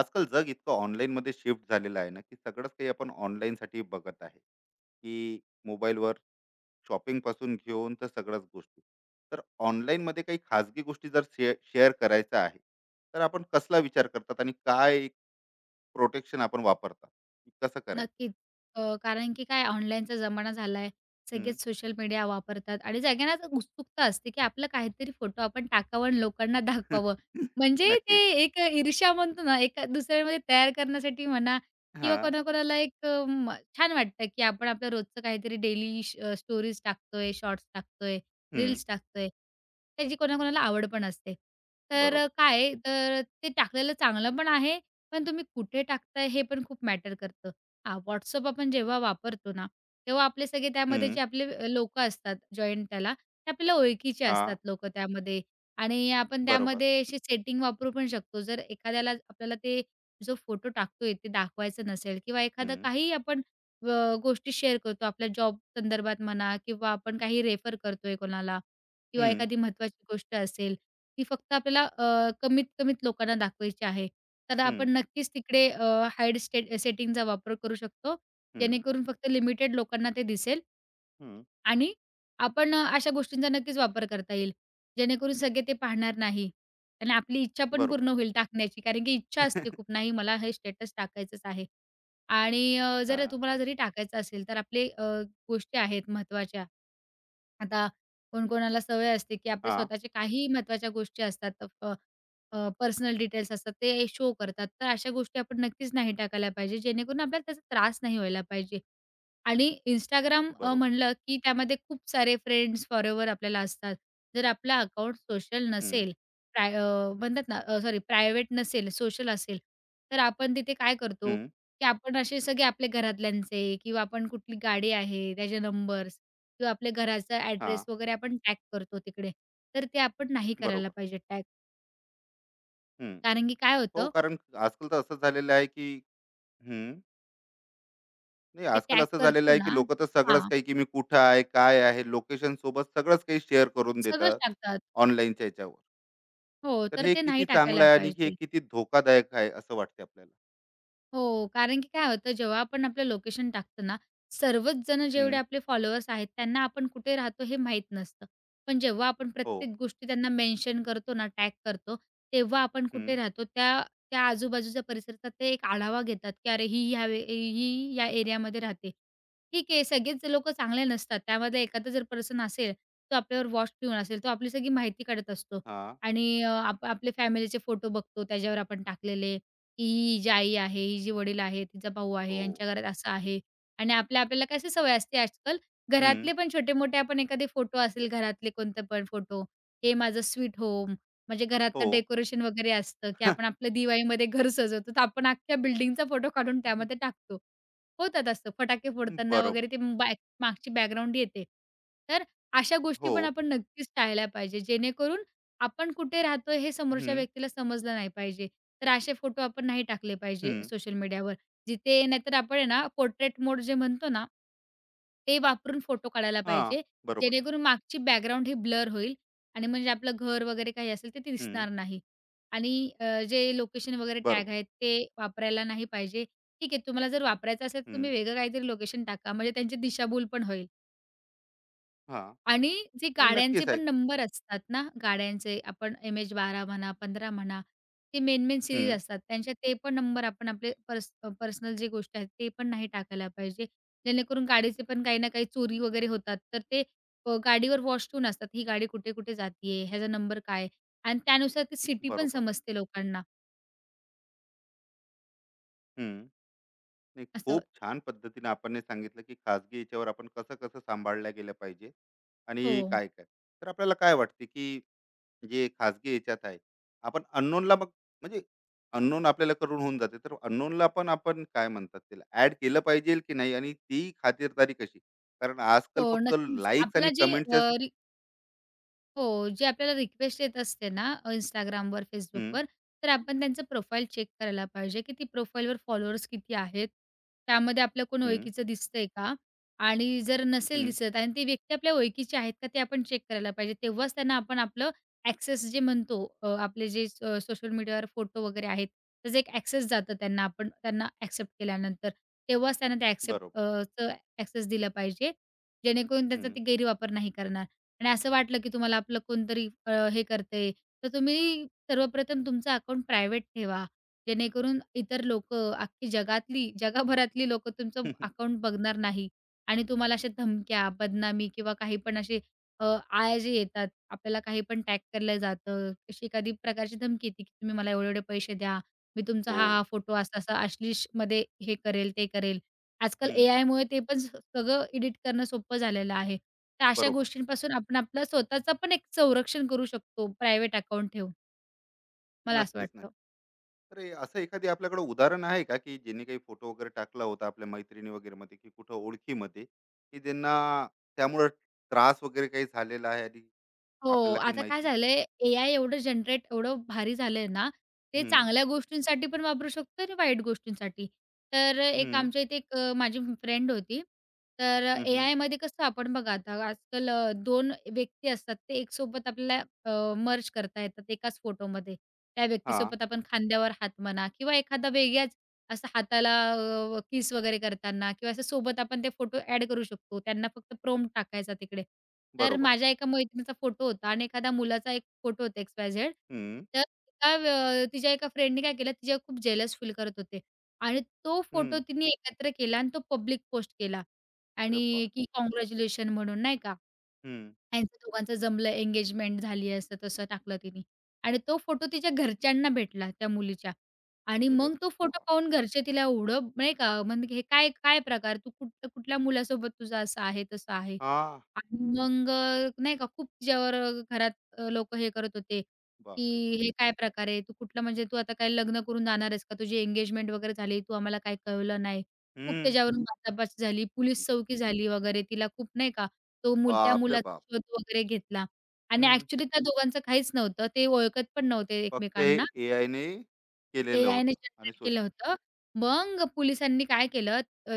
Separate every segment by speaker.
Speaker 1: आजकाल जग इतकं ऑनलाईनमध्ये शिफ्ट झालेलं आहे ना, की सगळंच काही आपण ऑनलाईनसाठी बघत आहे, की मोबाईलवर शॉपिंगपासून घेऊन तर सगळ्याच गोष्टी. तर ऑनलाईनमध्ये काही खाजगी गोष्टी जर शेअर करायचं आहे, तर आपण कसला विचार करतात आणि काय प्रोटेक्शन आपण वापरतात, कसं करायचं?
Speaker 2: नक्कीच. कारण की काय ऑनलाईनचा जमाना झालाय.
Speaker 1: हम्म.
Speaker 2: सगळेच सोशल मीडिया वापरतात आणि सगळ्यांनाच उत्सुकता असते, की आपलं काहीतरी फोटो आपण टाकावं आणि लोकांना दाखवावं. म्हणजे ते
Speaker 1: नक्कीच.
Speaker 2: एक ईर्ष्या म्हणतो ना, एका दुसऱ्यामध्ये तयार करण्यासाठी म्हणा
Speaker 1: हा.
Speaker 2: किंवा कोणाकोणाला एक अ, म छान वाटतं, की आपण आपलं रोजचं काहीतरी डेली स्टोरीज टाकतोय, शॉर्ट्स टाकतोय,
Speaker 1: हम्म.
Speaker 2: रील्स टाकतोय. त्याची कोणाकोणाला आवड पण असते. तर
Speaker 1: बरोबर.
Speaker 2: काय तर ते टाकलेलं चांगलं पण आहे, पण तुम्ही कुठे टाकताय हे पण खूप मॅटर करतं. हां, WhatsApp आपण जेव्हा वापरतो ना, तेव्हा आपले सगळे त्यामध्ये
Speaker 1: हम्म.
Speaker 2: जे आपले लोकं असतात जॉइन त्याला, ते आपल्याला ओळखीचे
Speaker 1: हा.
Speaker 2: असतात लोकं त्यामध्ये आणि आपण
Speaker 1: बरोबर.
Speaker 2: त्यामध्ये अशी सेटिंग वापरू पण शकतो. जर एखाद्याला आपल्याला ते जो फोटो टाकतोय ते दाखवायचं नसेल किंवा एखादं
Speaker 1: हम्म.
Speaker 2: काहीही आपण अ, गोष्टी शेअर करतो आपल्या जॉब संदर्भात म्हणा किंवा आपण काही रेफर करतोय कोणाला किंवा
Speaker 1: हम्म.
Speaker 2: एखादी महत्त्वाची गोष्ट असेल, ती फक्त आपल्याला कमीत-कमीत लोकांना दाखवायची आहे. तर
Speaker 1: हम्म.
Speaker 2: आपण नक्कीच तिकडे हाईड स्टेट सेटिंगचा वापर करू शकतो.
Speaker 1: हम्म.
Speaker 2: जेणेकरून फक्त लिमिटेड लोकांना ते दिसेल
Speaker 1: हम्म.
Speaker 2: आणि आपण अशा गोष्टींचा नक्कीच वापर करता येईल. जेणेकरून सगळे ते पाहणार नाही आणि आपली इच्छा पण
Speaker 1: बरोबर.
Speaker 2: पूर्ण होईल टाकण्याची. कारण की इच्छा असते खूप, नाही मला हे स्टेटस टाकायचंच आहे. आणि जर
Speaker 1: हा.
Speaker 2: तुम्हाला जरी टाकायचं असेल तर आपले गोष्टी आहेत महत्त्वाच्या. आता कोणकोणाला सवय असते, की आपले
Speaker 1: हा.
Speaker 2: स्वतःचे काहीही महत्त्वाच्या गोष्टी असतात, पर्सनल डिटेल्स असतात, ते शो करतात. तर अशा गोष्टी आपण नक्कीच नाही टाकायला पाहिजे, जेणेकरून आपल्याला त्याचा त्रास नाही व्हायला पाहिजे. आणि इंस्टाग्राम
Speaker 1: बरोबर.
Speaker 2: म्हणलं की त्यामध्ये खूप सारे फ्रेंड्स फॉरेवर आपल्याला असतात. जर आपला अकाउंट सोशल
Speaker 1: हम्म.
Speaker 2: नसेल, प्राय अ, म्हणतात ना सॉरी प्रायव्हेट नसेल, सोशल असेल, तर आपण तिथे काय करतो,
Speaker 1: हम्म.
Speaker 2: की आपण असे सगळे आपल्या घरातल्यांचे किंवा आपण कुठली गाडी आहे, त्याचे नंबर्स किंवा आपल्या घराचा
Speaker 1: हां,
Speaker 2: ॲड्रेस वगैरे आपण टॅग करतो तिकडे. तर ते आपण नाही करायला
Speaker 1: बरोबर.
Speaker 2: पाहिजे टॅग.
Speaker 1: हं.
Speaker 2: कारण की काय
Speaker 1: हो,
Speaker 2: होतं,
Speaker 1: कारण आजकाल तर असं झालेलं आहे, की हं. नाही,
Speaker 2: ते
Speaker 1: आजकाल
Speaker 2: टॅग
Speaker 1: असं झालेलं
Speaker 2: करतो
Speaker 1: आहे, की
Speaker 2: ना
Speaker 1: लोकं तर सगळंच
Speaker 2: हां,
Speaker 1: काही, की मी कुठं आहे, काय आहे, लोकेशनसोबत सगळंच काही शेअर करून
Speaker 2: सगळंच
Speaker 1: देतात
Speaker 2: टाकतात.
Speaker 1: ऑनलाईनच्या ह्याच्यावर.
Speaker 2: हो,
Speaker 1: तर
Speaker 2: तर
Speaker 1: हे
Speaker 2: ते
Speaker 1: किती
Speaker 2: नाही
Speaker 1: चांगलं
Speaker 2: टाकायला
Speaker 1: आहे आणि हे
Speaker 2: पाहिजे.
Speaker 1: किती धोकादायक आहे असं वाटते आपल्याला.
Speaker 2: हो, कारण की काय होतं जेव्हा आपण आपलं लोकेशन टाकतो ना, सर्वच जण जेवढे
Speaker 1: हं.
Speaker 2: आपले फॉलोअर्स आहेत त्यांना आपण कुठे राहतो हे माहीत नसतं. पण जेव्हा आपण
Speaker 1: हो.
Speaker 2: प्रत्येक गोष्टी त्यांना मेन्शन करतो ना, टॅग करतो, तेव्हा आपण
Speaker 1: हं.
Speaker 2: कुठे राहतो त्या त्या आजूबाजूच्या परिसराचा ते एक आढावा घेतात, की "अरे ही ह्या वे ही या एरियामध्ये राहते." ठीक आहे, सगळेच लोकं चांगले नसतात. त्यामध्ये एखादा जर पर्सन असेल, तो आपल्यावर वॉच ठेवून असेल, तो आपली सगळी माहिती काढत असतो
Speaker 1: हां.
Speaker 2: आणि अ, आप आपले फॅमिलीचे फोटो बघतो त्याच्यावर आपण टाकलेले की ही हिची आई आहे, ही जे वडील आहे, तिचा भाऊ आहे,
Speaker 1: हो.
Speaker 2: यांच्या घरात असं आहे. आणि आपल्याला कशी सवय असते आजकाल
Speaker 1: हं.
Speaker 2: घरातले पण छोटे-मोठे आपण एखादे फोटो असेल घरातले कोणते पण फोटो, हे माझं स्वीट होम, म्हणजे
Speaker 1: हो.
Speaker 2: घरातलं डेकोरेशन वगैरे असतं, की आपण आपलं दिवाळीमध्ये घर सजवतो, तर आपण अख्ख्या बिल्डिंगचा फोटो काढून त्यामध्ये टाकतो. होतात असतं फटाके फोडताना
Speaker 1: बरोबर.
Speaker 2: वगैरे ते मागची बॅकग्राऊंड येते. तर अशा गोष्टी
Speaker 1: हो.
Speaker 2: पण आपण नक्कीच टाळल्या पाहिजे, जेणेकरून आपण कुठे राहतोय हे समोरच्या
Speaker 1: हं,
Speaker 2: व्यक्तीला समजलं नाही पाहिजे. तर असे फोटो आपण नाही टाकले पाहिजे
Speaker 1: हं.
Speaker 2: सोशल मीडियावर. जिथे नाहीतर आपण आहे ना, पोर्ट्रेट मोड जे म्हणतो ना, ते वापरून फोटो काढायला
Speaker 1: हां,
Speaker 2: पाहिजे.
Speaker 1: बरोबर.
Speaker 2: जेणेकरून मागची बॅकग्राऊंड ही ब्लर होईल आणि म्हणजे आपलं घर वगैरे काही असेल ते ते
Speaker 1: हं,
Speaker 2: दिसणार नाही. आणि जे लोकेशन वगैरे टॅग
Speaker 1: बरोबर.
Speaker 2: आहेत ते वापरायला नाही पाहिजे. ठीक आहे, तुम्हाला जर वापरायचं असेल तर
Speaker 1: हं,
Speaker 2: तुम्ही वेगळं काहीतरी लोकेशन टाका. म्हणजे त्यांची दिशाभूल पण होईल.
Speaker 1: हां.
Speaker 2: आणि जे
Speaker 1: नाही,
Speaker 2: गाड्यांचे
Speaker 1: नक्कीच आहे.
Speaker 2: पण नंबर असतात ना, गाड्यांचे आपण एम-एच-12 म्हणा, 15 म्हणा, ते मेन-मेन सीरीज
Speaker 1: हं,
Speaker 2: असतात. त्यांच्या ते पण नंबर आपण आपले पर्सनल जे गोष्ट आहेत, ते पण नाही टाकायला पाहिजे. जेणेकरून गाडीचे पण काही ना काही चोरी वगैरे होतात. तर ते गाडीवर वॉच ठेवून असतात. ही गाडी कुठे-कुठे जातीये, ह्याचा नंबर काय? आणि त्यानुसार ती सिटी पण
Speaker 1: बरोबर.
Speaker 2: समजते लोकांना
Speaker 1: हं. नाही,
Speaker 2: असं.
Speaker 1: खूप छान पद्धतीने आपण हे सांगितलं, की खाजगी याच्यावर आपण कसं कसं सांभाळल्या गेलं पाहिजे
Speaker 2: हो,
Speaker 1: आणि काय काय. तर आपल्याला काय वाटते, की जे खाजगी याच्यात आहे, आपण अननोनला मग, म्हणजे अननोन आपल्याला करून होऊन जाते, तर अननोनला पण आपण काय म्हणतात, त्याला ऍड केलं पाहिजे की नाही आणि ती खातिरदारी कशी? कारण
Speaker 2: हो,
Speaker 1: आजकाल फक्त
Speaker 2: नक्कीच.
Speaker 1: लाईक्स
Speaker 2: आपला
Speaker 1: आणि
Speaker 2: जे
Speaker 1: कमेंटच्या.
Speaker 2: हो, जे आपल्याला रिक्वेस्ट येत असते ना Instagramवर, Facebookवर, तर आपण त्यांचं प्रोफाईल चेक करायला पाहिजे, की ती प्रोफाईलवर फॉलोअर्स किती आहेत? त्यामध्ये आपलं कोण ओळखीचं दिसतंय का? आणि जर नसेल दिसत आणि ती व्यक्ती आपल्या ओळखीची आहेत का? ते आपण चेक करायला पाहिजे. तेव्हाच त्यांना आपण आपलं ॲक्सेस जे म्हणतो आपले जे सोशल मीडियावर फोटो वगैरे आहेत, त्याचा एक ॲक्सेस जातं त्यांना आपण त्यांना ॲक्सेप्ट केल्यानंतर. तेव्हाच त्यांना ते
Speaker 1: बरोबर.
Speaker 2: ॲक्सेस दिला पाहिजे, जेणेकरून त्यांचा
Speaker 1: हम्म.
Speaker 2: ते गैरवापर नाही करणार. आणि असं वाटलं, की तुम्हाला आपलं कोणतरी हे करते तर तुम्ही सर्वप्रथम तुमचं अकाउंट प्रायव्हेट ठेवा. जेणेकरून इतर लोक अख्खी जगातली जगभरातली लोक तुमचं अकाउंट बघणार नाही आणि तुम्हाला अशा धमक्या, बदनामी किंवा काही पण असे अ, आळा जे येतात, आपल्याला काही पण टॅग केलं जातं, अशी एखादी प्रकारची धमकी येते, की तुम्ही मला एवढे-एवढे पैसे द्या, मी तुमचा
Speaker 1: हो.
Speaker 2: हा-हा फोटो असा-असा अश्लीलमध्ये हे करेल, ते करेल. आजकाल
Speaker 1: हम्म.
Speaker 2: एआयमुळे ते पण सगळं एडिट करणं सोपं झालेलं आहे. तर अशा
Speaker 1: बरोबर.
Speaker 2: गोष्टींपासून आपण आपलं स्वतःचं पण एक संरक्षण करू शकतो प्रायव्हेट अकाउंट ठेवून. मला असं
Speaker 1: नक्कीच,
Speaker 2: वाटतं.
Speaker 1: नक्की. तर हे असं एखादी आपल्याकडे उदाहरण आहे का, की ज्यांनी काही फोटो वगैरे टाकला होता आपल्या मैत्रिणी वगैरेमध्ये, की कुठं ओळखीमध्ये, की ज्यांना त्यामुळं त्रास वगैरे काही झालेला आहे आणि
Speaker 2: हो,
Speaker 1: आपल्याला काही
Speaker 2: आता काय
Speaker 1: माहिती?
Speaker 2: झालंय, एआय एवढं भारी झालंय ना, ते
Speaker 1: हं.
Speaker 2: चांगल्या गोष्टींसाठी पण वापरू शकतो आणि वाईट गोष्टींसाठी. तर एक
Speaker 1: हं.
Speaker 2: आमच्या इथे एक माझी फ्रेंड होती. तर
Speaker 1: हं. हं.
Speaker 2: एआयमध्ये कसं आपण बघा आता आजकाल 2 व्यक्ती असतात, ते एकसोबत आपल्याला मर्ज करता येतात एकाच फोटोमध्ये. त्या
Speaker 1: हां,
Speaker 2: व्यक्तीसोबत आपण खांद्यावर हात म्हणा किंवा एखादा वेगळ्याच असं हाताला किस वगैरे करताना किंवा असं सोबत आपण ते फोटो ॲड करू शकतो. त्यांना फक्त प्रॉम्प्ट टाकायचा तिकडे. तर
Speaker 1: बरोबर.
Speaker 2: माझ्या एका मैत्रिणीचा फोटो होता आणि एखाद्या मुलाचा एक फोटो होता एक्स-वाय-झेड.
Speaker 1: हं,
Speaker 2: तर एका तिच्या एका फ्रेंडने काय केलं, तिच्या खूप जेलस फील करत होते आणि तो फोटो
Speaker 1: हं.
Speaker 2: तिने एकत्र केला आणि तो पब्लिक पोस्ट केला
Speaker 1: अरे
Speaker 2: आणि की
Speaker 1: बापरे!
Speaker 2: काँग्रॅच्युलेशन म्हणून नाही का?
Speaker 1: हं.
Speaker 2: त्यांचं दोघांचं जमलं, एंगेजमेंट झाली, असं-तसं टाकलं तिनी आणि तो फोटो तिच्या घरच्यांना भेटला त्या मुलीच्या आणि
Speaker 1: अरे
Speaker 2: मग तो फोटो
Speaker 1: बाप.
Speaker 2: पाहून घरचे तिला एवढं नाही का, म्हणजे हे काय काय प्रकार? तू कुठल्या मुलासोबत तुझं असं आहे, तसं आहे
Speaker 1: हां.
Speaker 2: आणि मग नाही का खूप तिच्यावर घरात अ, हे करत होते,
Speaker 1: बापरे
Speaker 2: की
Speaker 1: बाप!
Speaker 2: "हे काय प्रकार आहे? तू कुठलं म्हणजे तू आता काय लग्न करून जाणार आहेस का? तुझी एंगेजमेंट वगैरे झाली, तू आम्हाला काही कळवलं नाही." खूप
Speaker 1: हं.
Speaker 2: त्याच्यावरून वादापात झाली, पोलीस
Speaker 1: विश
Speaker 2: चौकी झाली वगैरे. तिला खूप नाही का तो मूल त्या
Speaker 1: बापरे
Speaker 2: मुलाचा
Speaker 1: बाप!
Speaker 2: शोध वगैरे घेतला आणि
Speaker 1: हं.
Speaker 2: ॲक्चुअली त्या दोघांचं काहीच नव्हतं. ते ओळखत पण नव्हते
Speaker 1: फक्त हे
Speaker 2: एकमेकांना.
Speaker 1: एआयने केलेलं
Speaker 2: एआयने
Speaker 1: होतं. आणि
Speaker 2: जनरेट केलं होतं. मग पोलिसांनी काय केलं अ,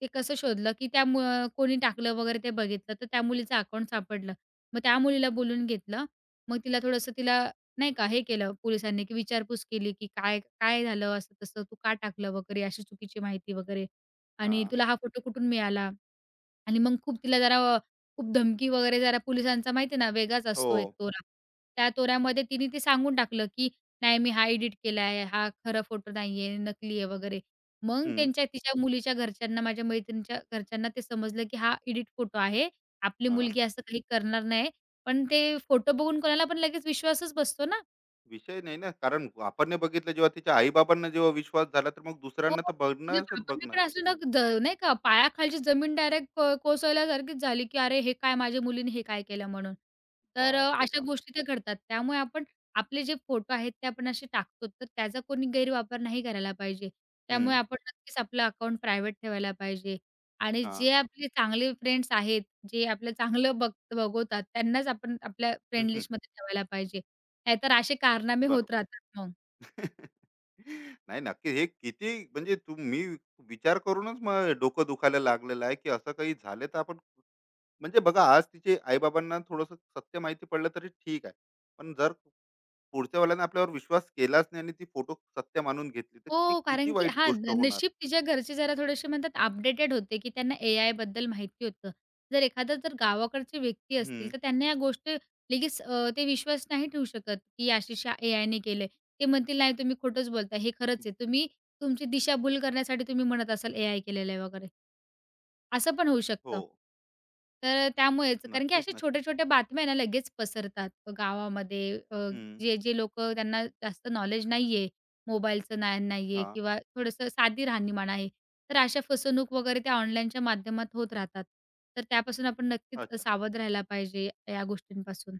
Speaker 2: ते कसं शोधलं, की त्या मु कोणी टाकलं वगैरे ते बघितलं, तर त्या मुलीचं अकाउंट सापडलं. मग त्या मुलीला बोलवून घेतलं. मग तिला नाही का हे केलं पोलिसांनी, की विचारपूस केली, की "काय काय झालं असं-तसं? तू का टाकलं वगैरे अशी चुकीची माहिती वगैरे आणि
Speaker 1: हां.
Speaker 2: तुला हा फोटो कुठून मिळाला?" आणि मग खूप तिला जरा खूप धमकी वगैरे जरा पोलिसांचा माहिती आहे ना वेगळाच
Speaker 1: हो.
Speaker 2: असतो एक तोरा. त्या तोऱ्यामध्ये तिने ते सांगून टाकलं, की "नाही मी हा एडिट केला आहे, हा खरा फोटो नाहीये, नकली आहे" वगैरे. मग
Speaker 1: हं.
Speaker 2: तिच्या मुलीच्या घरच्यांना, माझ्या मैत्रिणीच्या घरच्यांना ते समजलं, की हा एडिट फोटो आहे. आपली मुलगी असं काही करणार नाही. पण ते फोटो बघून कोणाला पण लगेच विश्वासच बसतो ना.
Speaker 1: विषय नाही ना, कारण आपण नाही बघितलं जेव्हा तिच्या आई बाबांना जेव्हा विश्वास झाला, तर मग
Speaker 2: हो,
Speaker 1: दुसऱ्यांना तर
Speaker 2: म्हणजे
Speaker 1: बघणारच
Speaker 2: बाबांना
Speaker 1: बघणार.
Speaker 2: पण असलं ना द नाही का पायाखालची जमीन डायरेक्ट कोसळल्यासारखीच झाली, की "अरे, हे काय माझ्या मुलीने हे काय केलं?" म्हणून. तर
Speaker 1: बापरे
Speaker 2: अशा
Speaker 1: बाप.
Speaker 2: गोष्टी त्या घडतात. त्यामुळे आपण आपले जे फोटो आहेत ते आपण असे टाकतो, तर त्याचा कोणी गैरवापर नाही करायला पाहिजे. त्यामुळे
Speaker 1: हम्म.
Speaker 2: आपण नक्कीच आपलं अकाउंट प्रायव्हेट ठेवायला पाहिजे आणि
Speaker 1: हा.
Speaker 2: जे आपले चांगले फ्रेंड्स आहेत, जे आपलं चांगलं बघ बघवतात त्यांनाच आपण आपल्या
Speaker 1: हम्म,
Speaker 2: फ्रेंड
Speaker 1: हम्म,
Speaker 2: लिस्टमध्ये ठेवायला पाहिजे. नाहीतर असे कारनामे होत
Speaker 1: बरोबर.
Speaker 2: राहतात मग.
Speaker 1: नाही नक्की, हे किती म्हणजे, तू मी विचार करूनच मग डोकं दुखायला लागलेलं आहे, की असं काही झालं तर आपण, म्हणजे बघा, आज तिचे आई थोडस सत्य माहिती पडलं तरी ठीक आहे, पण जर पुढच्या वेळेला आपल्यावर विश्वास केलाच नाही आणि ती फोटो सत्य मानून घेतली, तर ती
Speaker 2: हो,
Speaker 1: किती
Speaker 2: कारण की
Speaker 1: वाईट
Speaker 2: हां,
Speaker 1: गोष्ट होणार आहे.
Speaker 2: नशीब तिच्या घरचे जरा थोडेसे म्हणतात अपडेटेड होते, की त्यांना एआयबद्दल माहिती होतं. जर एखादा जर गावाकडचे व्यक्ती
Speaker 1: हम्म.
Speaker 2: असतील, तर त्यांना या गोष्टी लगेच ते विश्वास नाही ठेवू शकत, की अशी-अशी एआयने केलंय. ते म्हणतील, "नाही, तुम्ही खोटंच बोलताय. हे खरंच आहे. तुमची दिशाभूल करण्यासाठी तुम्ही म्हणत असाल एआय केलेलं आहे," वगैरे. असं पण होऊ
Speaker 1: हो.
Speaker 2: शकतं. तर त्यामुळेच कारण की
Speaker 1: नक्कीच
Speaker 2: अशा
Speaker 1: नक्की.
Speaker 2: छोट्या-छोट्या बातम्या आहे ना लगेच पसरतात गावामध्ये.
Speaker 1: हम्म.
Speaker 2: जे लोकं त्यांना जास्त नॉलेज नाहीये, मोबाईलचं ज्ञान नाहीये
Speaker 1: हां.
Speaker 2: किंवा थोडंसं साधी राहणीमान आहे. तर अशा फसवणूक वगैरे त्या ऑनलाईनच्या माध्यमात होत राहतात. तर त्यापासून आपण नक्कीच
Speaker 1: अच्छा.
Speaker 2: सावध राहायला पाहिजे या गोष्टींपासून.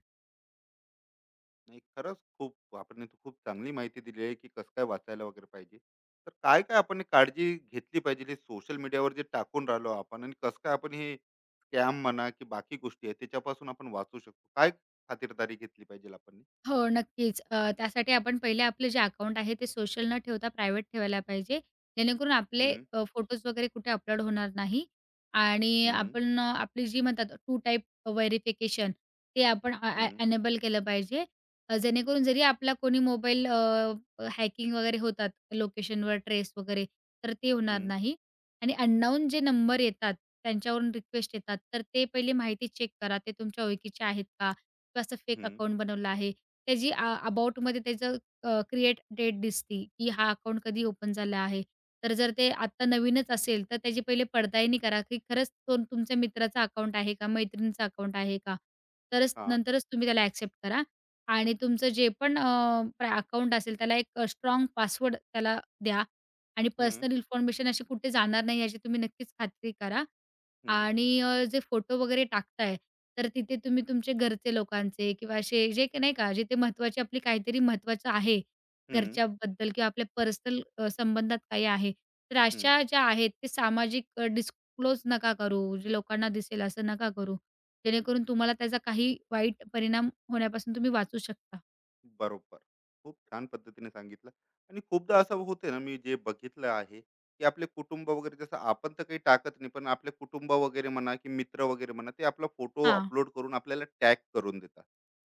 Speaker 1: नाही, खरंच खूप आपण तर खूप चांगली माहिती दिली आहे, की कसं काय वाचायला वगैरे पाहिजे. तर काय-काय आपण काळजी घेतली पाहिजे, हे सोशल मीडियावर जे टाकून राहिलो आपण आणि कसं काय आपण हे स्कॅम म्हणा की बाकी गोष्टी आहेत, त्याच्यापासून आपण वाचू शकतो? काय खातिरदारी घेतली पाहिजे आपण?
Speaker 2: हो, नक्कीच. त्यासाठी आपण पहिले आपलं जे अकाउंट आहे ते सोशल न ठेवता प्रायव्हेट ठेवायला पाहिजे. जेणेकरून आपले
Speaker 1: हं.
Speaker 2: फोटोज वगैरे कुठे अपलोड होणार नाही आणि
Speaker 1: हं.
Speaker 2: आपण आपली जी म्हणतात टू टाइप व्हेरिफिकेशन ते आपण अनेबल
Speaker 1: हं.
Speaker 2: ए एनेबल केलं पाहिजे. जेणेकरून जरी आपला कोणी मोबाईल हॅकिंग वगैरे होतात लोकेशनवर ट्रेस वगैरे, तर ते होणार
Speaker 1: हं.
Speaker 2: नाही. आणि अननोन जे नंबर येतात, त्यांच्यावरून रिक्वेस्ट येतात, तर ते पहिले माहिती चेक करा. ते तुमच्या ओळखीचे आहेत का? किंवा असं फेक
Speaker 1: हं.
Speaker 2: अकाउंट बनवलं आहे त्याची अबाउटमध्ये त्याचं क्रिएट डेट दिसती, की हा अकाउंट कधी ओपन झाला आहे. तर जर ते आत्ता नवीनच असेल, तर त्याची पहिले पडताळणी करा, की खरंच तो तुमच्या मित्राचा अकाउंट आहे का? मैत्रिणीचा अकाउंट आहे का? तरच
Speaker 1: हां.
Speaker 2: नंतरच तुम्ही त्याला ॲक्सेप्ट करा आणि तुमचं जे पण अकाउंट असेल त्याला एक पासवर्ड त्याला द्या आणि
Speaker 1: हं.
Speaker 2: पर्सनल इन्फॉर्मेशन अशी कुठे जाणार नाही याची तुम्ही नक्कीच खात्री करा.
Speaker 1: हं.
Speaker 2: आणि जे फोटो वगैरे टाकताय, तर तिथे तुम्ही तुमचे घरचे लोकांचे किंवा असे जे की नाही का, जिथे महत्त्वाची आपली काहीतरी महत्त्वाचं आहे,
Speaker 1: हं.
Speaker 2: घरच्याबद्दल किंवा आपल्या पर्सनल संबंधात काही आहे. तर
Speaker 1: हं.
Speaker 2: अशा ज्या आहेत ते सामाजिक डिस्क्लोज नका करू, जे लोकांना दिसेल असं नका करू. जेणेकरून तुम्हाला त्याचा काही वाईट परिणाम होण्यापासून तुम्ही वाचू शकता.
Speaker 1: बरोबर. खूप छान पद्धतीने सांगितलं. आणि खूपदा असं होते ना, मी जे बघितलं आहे, की आपले कुटुंब वगैरे, जसं आपण तर काही टाकत नाही, पण आपले कुटुंब वगैरे म्हणा की मित्र वगैरे म्हणा, ते आपला फोटो
Speaker 2: हां.
Speaker 1: अपलोड करून आपल्याला टॅग करून देतात.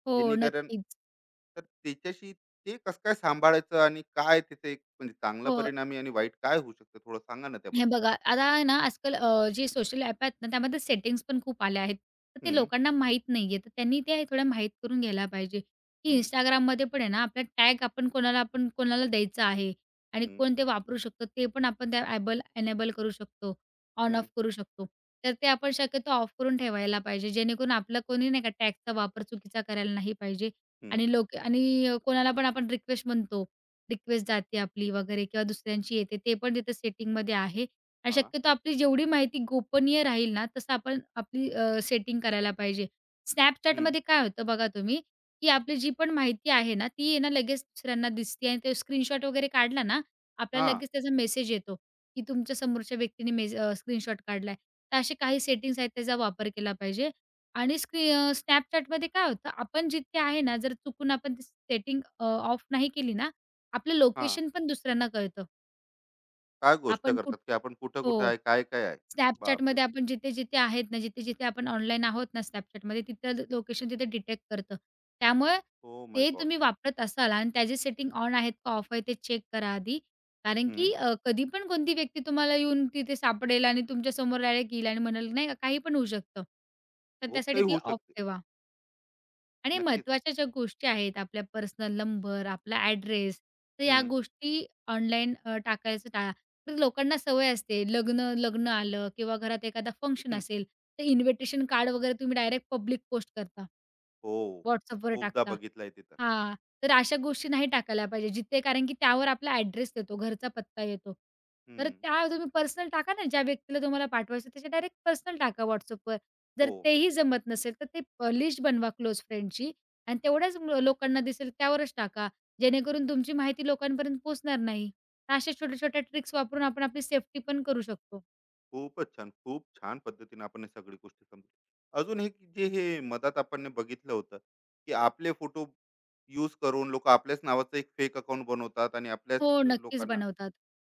Speaker 2: हो,
Speaker 1: जेणेकरून,
Speaker 2: नक्कीच.
Speaker 1: तर त्याच्याशी ते कसं काय सांभाळायचं आणि काय त्याचे एक म्हणजे चांगला
Speaker 2: हो.
Speaker 1: परिणामी आणि वाईट काय होऊ शकतं? थोडं सांगा ना
Speaker 2: हे
Speaker 1: त्याबद्दल?
Speaker 2: बघा, आता आहे ना आजकाल जे सोशल ॲप आहेत ना, त्यामध्ये सेटिंग्स पण खूप आल्या आहेत. तर ते
Speaker 1: हं.
Speaker 2: लोकांना माहीत नाहीये. तर त्यांनी ते थोड्या माहीत करून घ्यायला पाहिजे, की
Speaker 1: हं.
Speaker 2: Instagramमध्ये पण आहे ना, आपला टॅग आपण कोणाला द्यायचा आहे आणि
Speaker 1: हं.
Speaker 2: कोण ते वापरू शकतो, ते पण आपण त्या ॲबल एनेबल करू शकतो, ऑन
Speaker 1: हं.
Speaker 2: ऑफ करू शकतो. तर ते आपण शक्यतो ऑफ करून ठेवायला पाहिजे, जेणेकरून आपला कोणी नाही का टॅगचा वापर चुकीचा करायला नाही पाहिजे
Speaker 1: हं.
Speaker 2: आणि लोक आणि कोणाला पण आपण रिक्वेस्ट म्हणतो, रिक्वेस्ट जाते आपली वगैरे किंवा दुसऱ्यांची येते, ते पण तिथे सेटिंगमध्ये आहे. आणि
Speaker 1: हां.
Speaker 2: शक्यतो आपली जेवढी माहिती गोपनीय राहील ना, तसं आपण आपली सेटिंग करायला पाहिजे.
Speaker 1: हं.
Speaker 2: Snapchatमध्ये काय होतं बघा तुम्ही, की आपली जी पण माहिती आहे ना, ती आहे ना लगेच दुसऱ्यांना दिसते आणि ते स्क्रीनशॉट वगैरे काढला ना, आपल्याला
Speaker 1: हां,
Speaker 2: लगेच त्याचा मेसेज येतो, की तुमच्या समोरच्या व्यक्तीने स्क्रीनशॉट काढलाय. तर असे काही सेटिंग्स आहेत त्याचा वापर केला पाहिजे. आणि काय होतं, आपण जिथे आहे ना, जर चुकून आपण सेटिंग ऑफ नाही केली ना, आपलं
Speaker 1: हां.
Speaker 2: लोकेशन पण दुसऱ्यांना कळतं.
Speaker 1: काय गोष्ट
Speaker 2: आपण कुठ
Speaker 1: करतात, की आपण
Speaker 2: हो.
Speaker 1: कुठं-कुठं आहे, काय-काय आहे? बापरे!
Speaker 2: Snapchatमध्ये आपण जिथे-जिथे आहेत ना, जिथे-जिथे आपण ऑनलाईन आहोत ना Snapchatमध्ये तिथलं लोकेशन तिथे डिटेक्ट करतं. त्यामुळे
Speaker 1: ओ माय
Speaker 2: ते
Speaker 1: गॉड!
Speaker 2: तुम्ही वापरत असाल आणि त्याचे सेटिंग ऑन आहेत का ऑफ आहे ते चेक करा आधी. कारण
Speaker 1: हं.
Speaker 2: की कधी पण कोणती व्यक्ती तुम्हाला येऊन तिथे सापडेल आणि तुमच्या समोर डायरेक्ट येईल आणि म्हणेल नाही का काही पण होऊ शकतं. तर
Speaker 1: खूप
Speaker 2: त्यासाठी
Speaker 1: काही
Speaker 2: ती
Speaker 1: होऊ
Speaker 2: ऑफ
Speaker 1: शकते.
Speaker 2: ठेवा. आणि
Speaker 1: नक्कीच.
Speaker 2: महत्त्वाच्या ज्या गोष्टी आहेत, आपल्या पर्सनल नंबर, आपला ॲड्रेस, तर या
Speaker 1: हं,
Speaker 2: गोष्टी ऑनलाईन टाकायचं टाळा. तर लोकांना सवय असते, लग्न लग्न आलं किंवा घरात एखादा फंक्शन
Speaker 1: हं.
Speaker 2: असेल, तर इन्व्हिटेशन कार्ड वगैरे तुम्ही डायरेक्ट पब्लिक पोस्ट करता.
Speaker 1: हो.
Speaker 2: WhatsAppवर
Speaker 1: खूपदा
Speaker 2: टाकता.
Speaker 1: बघितलंय ते तर.
Speaker 2: हां, तर अशा गोष्टी नाही टाकायला पाहिजे जिथे कारण की त्यावर आपला ॲड्रेस येतो, घरचा पत्ता येतो. तर
Speaker 1: हं.
Speaker 2: त्या तुम्ही पर्सनल टाका ना, ज्या व्यक्तीला तुम्हाला पाठवायचं त्याच्या डायरेक्ट पर्सनल टाका WhatsAppवर. जर
Speaker 1: हो.
Speaker 2: तेही जमत नसेल, तर ते लिस्ट बनवा क्लोज फ्रेंडची आणि तेवढ्याच लोकांना दिसेल त्यावरच टाका. जेणेकरून तुमची माहिती लोकांपर्यंत पोहोचणार नाही. अशा छोट्या-छोट्या ट्रिक्स वापरून आपण आपली सेफ्टी पण करू शकतो.
Speaker 1: खूपच छान. खूप छान पद्धतीने आपण हे सगळी गोष्टी समजू. अजून हे की जे हे मधात आपण बघितलं होतं, की आपले फोटो यूज करून लोकं आपल्याच नावाचं एक फेक अकाउंट बनवतात आणि आपल्याच
Speaker 2: हो, नक्कीच
Speaker 1: लोकांना,
Speaker 2: बनवतात.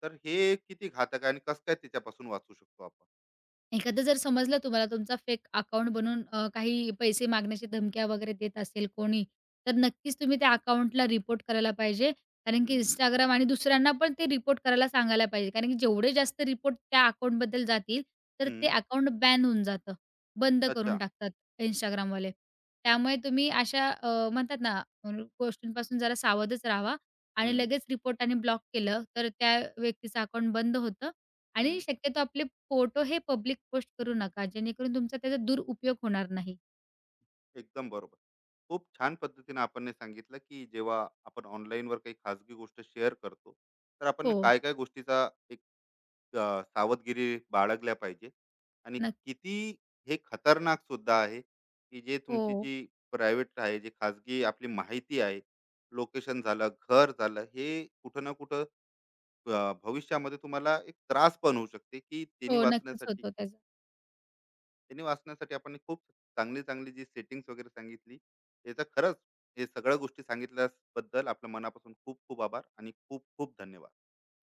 Speaker 1: तर हे किती घातक आहे आणि कसं काय त्याच्यापासून वाचू शकतो आपण?
Speaker 2: एखादं जर समजलं तुम्हाला तुमचा फेक अकाउंट बनवून काही पैसे मागण्याची धमक्या वगैरे देत असेल कोणी, तर नक्कीच तुम्ही त्या अकाउंटला रिपोर्ट करायला पाहिजे. कारण की
Speaker 1: हं,
Speaker 2: Instagram आणि दुसऱ्यांना पण ते रिपोर्ट करायला सांगायला पाहिजे. कारण की जेवढे जास्त रिपोर्ट त्या अकाउंटबद्दल जातील, तर ते
Speaker 1: हं.
Speaker 2: अकाउंट बॅन होऊन जातं. बंद करून
Speaker 1: अच्छा.
Speaker 2: टाकतात Instagramवाले. त्यामुळे तुम्ही अशा म्हणतात ना, अ, गोष्टींपासून जरा सावधच राहावा
Speaker 1: हं,
Speaker 2: आणि लगेच रिपोर्ट आणि ब्लॉक केलं, तर त्या व्यक्तीचं अकाउंट बंद होतं आणि
Speaker 1: हं.
Speaker 2: शक्यतो आपले फोटो हे पब्लिक पोस्ट करू नका, जेणेकरून तुमचा त्याचा दुरुपयोग होणार नाही.
Speaker 1: एकदम बरोबर. खूप छान पद्धतीने आपण हे सांगितलं, की जेव्हा आपण online वर काही खाजगी गोष्ट शेअर करतो, तर आपण
Speaker 2: हो,
Speaker 1: काय-काय गोष्टीचा एक सावधगिरी बाळगल्या पाहिजे आणि
Speaker 2: नक्की.
Speaker 1: किती हे खतरनाक सुद्धा आहे, की जे तुमची
Speaker 2: हो,
Speaker 1: जी प्रायव्हेट आहे, जी खाजगी आपली माहिती आहे, लोकेशन झालं, घर झालं, हे कुठं ना कुठं भविष्यामध्ये तुम्हाला एक त्रास पण होऊ शकते, की त्यांनी
Speaker 2: हो, नक्कीच
Speaker 1: वाचण्यासाठी,
Speaker 2: होतो त्याचा.
Speaker 1: त्यांनी वाचण्यासाठी आपण खूप चांगली चांगली जी सेटिंग्स वगैरे सांगितली याचा खरंच हे सगळ्या गोष्टी सांगितल्याबद्दल आपल्या मनापासून खूप खूप आभार आणि खूप खूप धन्यवाद.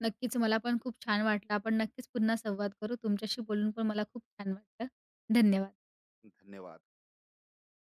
Speaker 2: नक्कीच मला पण खूप छान वाटलं. आपण नक्कीच पुन्हा संवाद करू. तुमच्याशी बोलून पण मला खूप छान वाटलं. धन्यवाद.
Speaker 1: धन्यवाद.